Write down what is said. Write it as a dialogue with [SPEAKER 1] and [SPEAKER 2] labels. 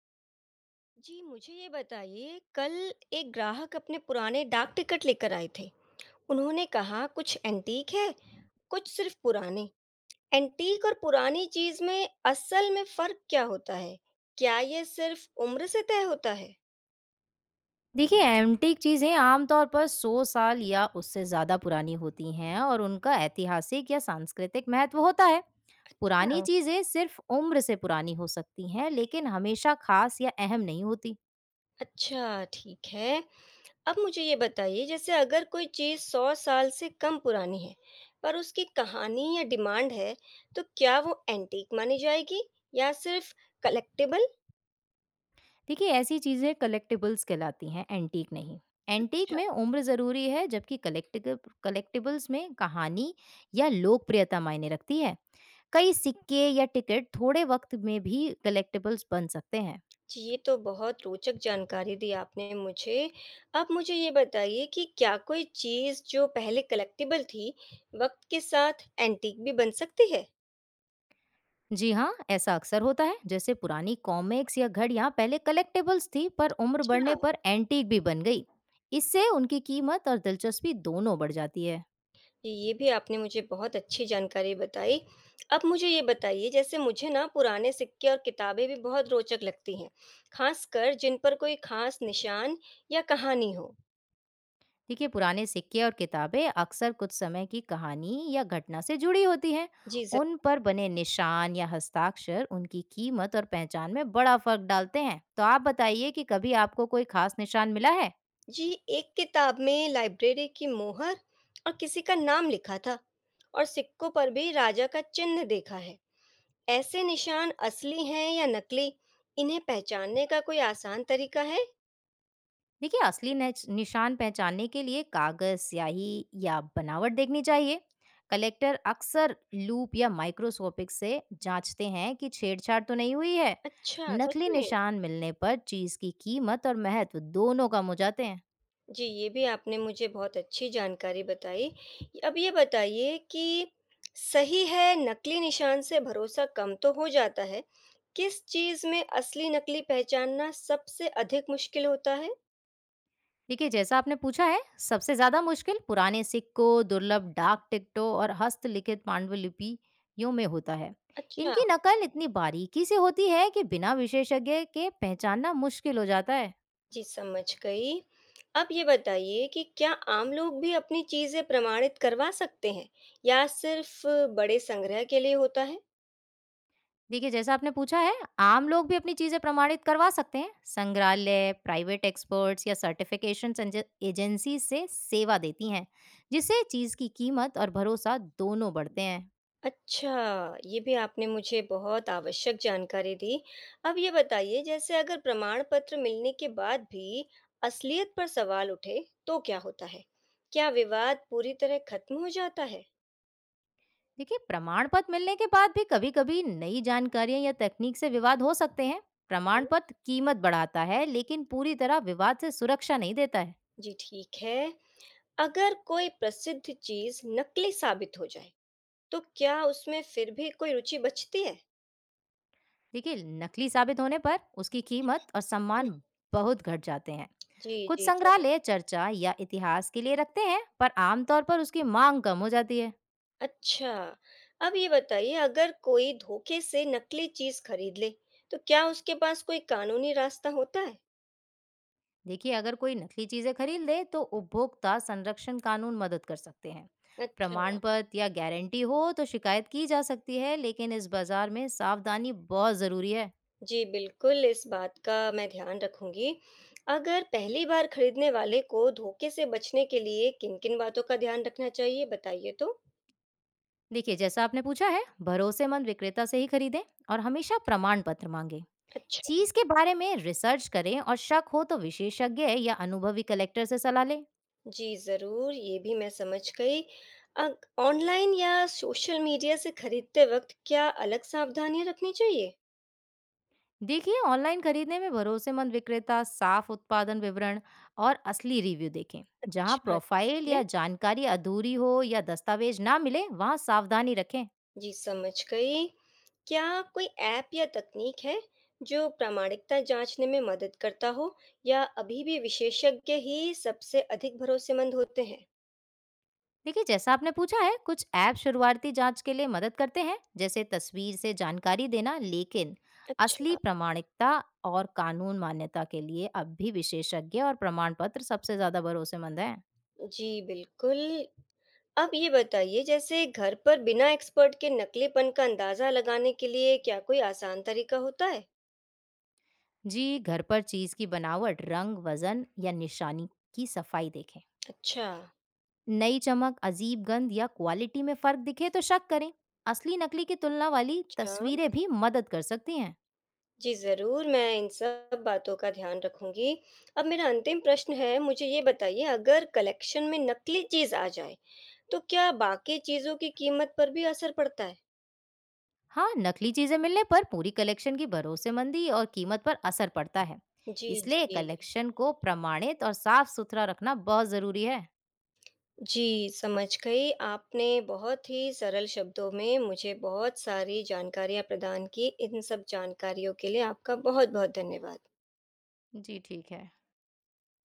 [SPEAKER 1] जी, मुझे ये बताइए कल एक ग्राहक अपने पुराने डाक टिकट लेकर आए थे। उन्होंने कहा कुछ एंटीक है, कुछ सिर्फ पुराने। एंटीक और पुरानी चीज में असल में फर्क क्या होता है? क्या ये सिर्फ उम्र से तय होता है?
[SPEAKER 2] देखिए, एंटीक चीज़ें आमतौर पर 100 साल या उससे ज़्यादा पुरानी होती हैं और उनका ऐतिहासिक या सांस्कृतिक महत्व होता है। पुरानी
[SPEAKER 1] अच्छा,
[SPEAKER 2] चीज़ें सिर्फ उम्र से पुरानी हो सकती हैं, लेकिन हमेशा खास या अहम नहीं होती।
[SPEAKER 1] अच्छा, ठीक है। अब मुझे ये बताइए जैसे अगर कोई चीज 100 साल से कम पुरानी है, पर उसकी कहानी या डिमांड है, तो क्या वो एंटीक मानी जाएगी या सिर्फ कलेक्टेबल?
[SPEAKER 2] देखिए, ऐसी चीज़ें कलेक्टिबल्स कहलाती हैं, एंटीक नहीं। एंटीक में उम्र ज़रूरी है, जबकि कलेक्टिग कलेक्टिबल्स में कहानी या लोकप्रियता मायने रखती है। कई सिक्के या टिकट थोड़े वक़्त में भी कलेक्टिबल्स बन सकते हैं।
[SPEAKER 1] जी, ये तो बहुत रोचक जानकारी दी आपने मुझे। आप मुझे ये बताइए कि क्या कोई चीज़ जो पहले कलेक्टिबल थी, वक़्त के साथ एंटीक भी बन सकती है?
[SPEAKER 2] जी हाँ, ऐसा अक्सर होता है। जैसे पुरानी कॉमिक्स या घड़ियां पहले कलेक्टेबल्स थी पर उम्र
[SPEAKER 1] अच्छा,
[SPEAKER 2] बढ़ने पर एंटीक भी बन गई। इससे उनकी कीमत और दिलचस्पी दोनों बढ़ जाती है।
[SPEAKER 1] ये भी आपने मुझे बहुत अच्छी जानकारी बताई। अब मुझे ये बताइए जैसे मुझे ना पुराने सिक्के और किताबें भी बहुत रोचक लगती हैं, ख़ासकर जिन पर कोई ख़ास निशान या कहानी हो।
[SPEAKER 2] देखिए, पुराने सिक्के और किताबें अक्सर कुछ समय की कहानी या घटना से जुड़ी होती हैं।
[SPEAKER 1] जी ज़
[SPEAKER 2] उन पर बने निशान या हस्ताक्षर उनकी कीमत और पहचान में बड़ा फर्क डालते हैं। तो आप बताइए कि कभी आपको कोई खास निशान मिला है?
[SPEAKER 1] जी, एक किताब में लाइब्रेरी की मोहर और किसी का नाम लिखा था। और सिक्कों पर भी राजा का चिन्ह देखा है। ऐसे निशान असली हैं या नकली, इन्हें पहचानने का कोई आसान तरीका है?
[SPEAKER 2] देखिए, असली निशान पहचानने के लिए कागज, स्याही या बनावट देखनी चाहिए। कलेक्टर अक्सर लूप या माइक्रोस्कोपिक से जांचते हैं कि छेड़छाड़ तो नहीं हुई है।
[SPEAKER 1] अच्छा, सच
[SPEAKER 2] नकली
[SPEAKER 1] में।
[SPEAKER 2] निशान मिलने पर चीज की कीमत और महत्व दोनों कम हो जाते हैं।
[SPEAKER 1] जी, ये भी आपने मुझे बहुत अच्छी जानकारी बताई। अब ये बताइए कि सही है, नकली निशान से भरोसा कम तो हो जाता है, किस चीज में असली नकली पहचानना सबसे अधिक मुश्किल होता है?
[SPEAKER 2] देखिए, जैसा आपने पूछा है, सबसे ज्यादा मुश्किल पुराने सिक्कों, दुर्लभ डाक टिकटों और हस्तलिखित पांडुलिपियों में होता है।
[SPEAKER 1] अच्छा।
[SPEAKER 2] इनकी नकल इतनी बारीकी से होती है कि बिना विशेषज्ञ के पहचानना मुश्किल हो जाता है।
[SPEAKER 1] जी, समझ गई। अब ये बताइए कि क्या आम लोग भी अपनी चीज़ें प्रमाणित करवा सकते हैं या सिर्फ़ बड़े संग्रह के लिए होता है?
[SPEAKER 2] देखिए, जैसा आपने पूछा है, आम लोग भी अपनी चीज़ें प्रमाणित करवा सकते हैं। संग्रहालय, प्राइवेट एक्सपर्ट्स या सर्टिफिकेशन एंज एजेंसी से सेवा देती हैं, जिससे चीज़ की कीमत और भरोसा दोनों बढ़ते हैं।
[SPEAKER 1] अच्छा, ये भी आपने मुझे बहुत आवश्यक जानकारी दी। अब ये बताइए जैसे अगर प्रमाण पत्र मिलने के बाद भी असलियत पर सवाल उठे, तो क्या होता है? क्या विवाद पूरी तरह खत्म हो जाता है?
[SPEAKER 2] देखिए, प्रमाण पत्र मिलने के बाद भी कभी-कभी नई जानकारियां या तकनीक से विवाद हो सकते हैं।
[SPEAKER 1] हाँ,
[SPEAKER 2] प्रमाण पत्र कीमत बढ़ाता है, लेकिन पूरी तरह विवाद से सुरक्षा नहीं देता है।
[SPEAKER 1] जी ठीक है। अगर कोई प्रसिद्ध चीज़ नकली साबित हो जाए तो क्या उसमें फिर भी कोई रुचि बचती है?
[SPEAKER 2] देखिए, नकली साबित होने पर उसकी कीमत और सम्मान बहुत घट जाते हैं।
[SPEAKER 1] जी,
[SPEAKER 2] कुछ
[SPEAKER 1] जी,
[SPEAKER 2] संग्रहालय
[SPEAKER 1] ज़रूर।
[SPEAKER 2] चर्चा या इतिहास के लिए रखते हैं, पर आमतौर पर उसकी मांग कम हो जाती है।
[SPEAKER 1] अच्छा, अब ये बताइए अगर कोई धोखे से नकली चीज़ खरीद ले, तो क्या उसके पास कोई कानूनी रास्ता होता है?
[SPEAKER 2] देखिए, अगर कोई नकली चीजें खरीद ले तो उपभोक्ता संरक्षण कानून मदद कर सकते हैं।
[SPEAKER 1] अच्छा,
[SPEAKER 2] प्रमाण पत्र या गारंटी हो तो शिकायत की जा सकती है, लेकिन इस बाजार में सावधानी बहुत जरूरी है।
[SPEAKER 1] जी बिल्कुल, इस बात का मैं ध्यान रखूँगी। अगर पहली बार खरीदने वाले को धोखे से बचने के लिए किन-किन बातों का ध्यान रखना चाहिए बताइए तो?
[SPEAKER 2] देखिए, जैसा आपने पूछा है, भरोसेमंद विक्रेता से ही खरीदें और हमेशा प्रमाण पत्र मांगे।
[SPEAKER 1] अच्छा।
[SPEAKER 2] चीज के बारे में रिसर्च करें और शक हो तो विशेषज्ञ या अनुभवी कलेक्टर से सलाह लें।
[SPEAKER 1] जी, ज़रूर, ये भी मैं समझ गई। अग ऑनलाइन या सोशल मीडिया से खरीदते वक़्त क्या अलग सावधानियाँ रखनी चाहिए?
[SPEAKER 2] देखिए, ऑनलाइन खरीदने में भरोसेमंद विक्रेता, साफ उत्पादन विवरण और असली रिव्यू देखें। जहां
[SPEAKER 1] अच्छा,
[SPEAKER 2] प्रोफाइल
[SPEAKER 1] ठीक है।
[SPEAKER 2] या जानकारी अधूरी हो या दस्तावेज ना मिले, वहां सावधानी रखें।
[SPEAKER 1] जी, समझ गई। क्या कोई ऐप या तकनीक है, जो प्रामाणिकता जाँचने में मदद करता हो या अभी भी विशेषज्ञ ही सबसे अधिक भरोसेमंद होते हैं?
[SPEAKER 2] देखिए, जैसा आपने पूछा है, कुछ ऐप शुरुआती जांच के लिए मदद करते हैं, जैसे तस्वीर से जानकारी देना, लेकिन असली
[SPEAKER 1] अच्छा,
[SPEAKER 2] प्रामाणिकता और कानून मान्यता के लिए अब भी विशेषज्ञ और प्रमाण पत्र सबसे ज्यादा भरोसेमंद हैं।
[SPEAKER 1] जी, बिल्कुल। अब ये बताइए जैसे घर पर बिना एक्सपर्ट के नकलीपन का अंदाज़ा लगाने के लिए क्या कोई आसान तरीका होता है?
[SPEAKER 2] जी, घर पर चीज की बनावट, रंग, वजन या निशानी की सफाई देखें।
[SPEAKER 1] अच्छा,
[SPEAKER 2] नई चमक, अजीब गंध या क्वालिटी में फर्क दिखे तो शक करें। असली नकली की तुलना वाली
[SPEAKER 1] अच्छा।
[SPEAKER 2] तस्वीरें भी मदद कर सकती हैं।
[SPEAKER 1] जी, ज़रूर मैं इन सब बातों का ध्यान रखूँगी। अब मेरा अंतिम प्रश्न है, मुझे ये बताइए अगर कलेक्शन में नकली चीज़ आ जाए, तो क्या बाकी चीज़ों की कीमत पर भी असर पड़ता है?
[SPEAKER 2] हाँ, नकली चीजें मिलने पर पूरी कलेक्शन की भरोसेमंदी और कीमत पर असर पड़ता है।
[SPEAKER 1] जी,
[SPEAKER 2] इसलिए
[SPEAKER 1] जी।
[SPEAKER 2] कलेक्शन को प्रमाणित और साफ सुथरा रखना बहुत जरूरी है।
[SPEAKER 1] जी, समझ गई। आपने बहुत ही सरल शब्दों में मुझे बहुत सारी जानकारियाँ प्रदान की। इन सब जानकारियों के लिए आपका बहुत-बहुत धन्यवाद।
[SPEAKER 2] जी ठीक है।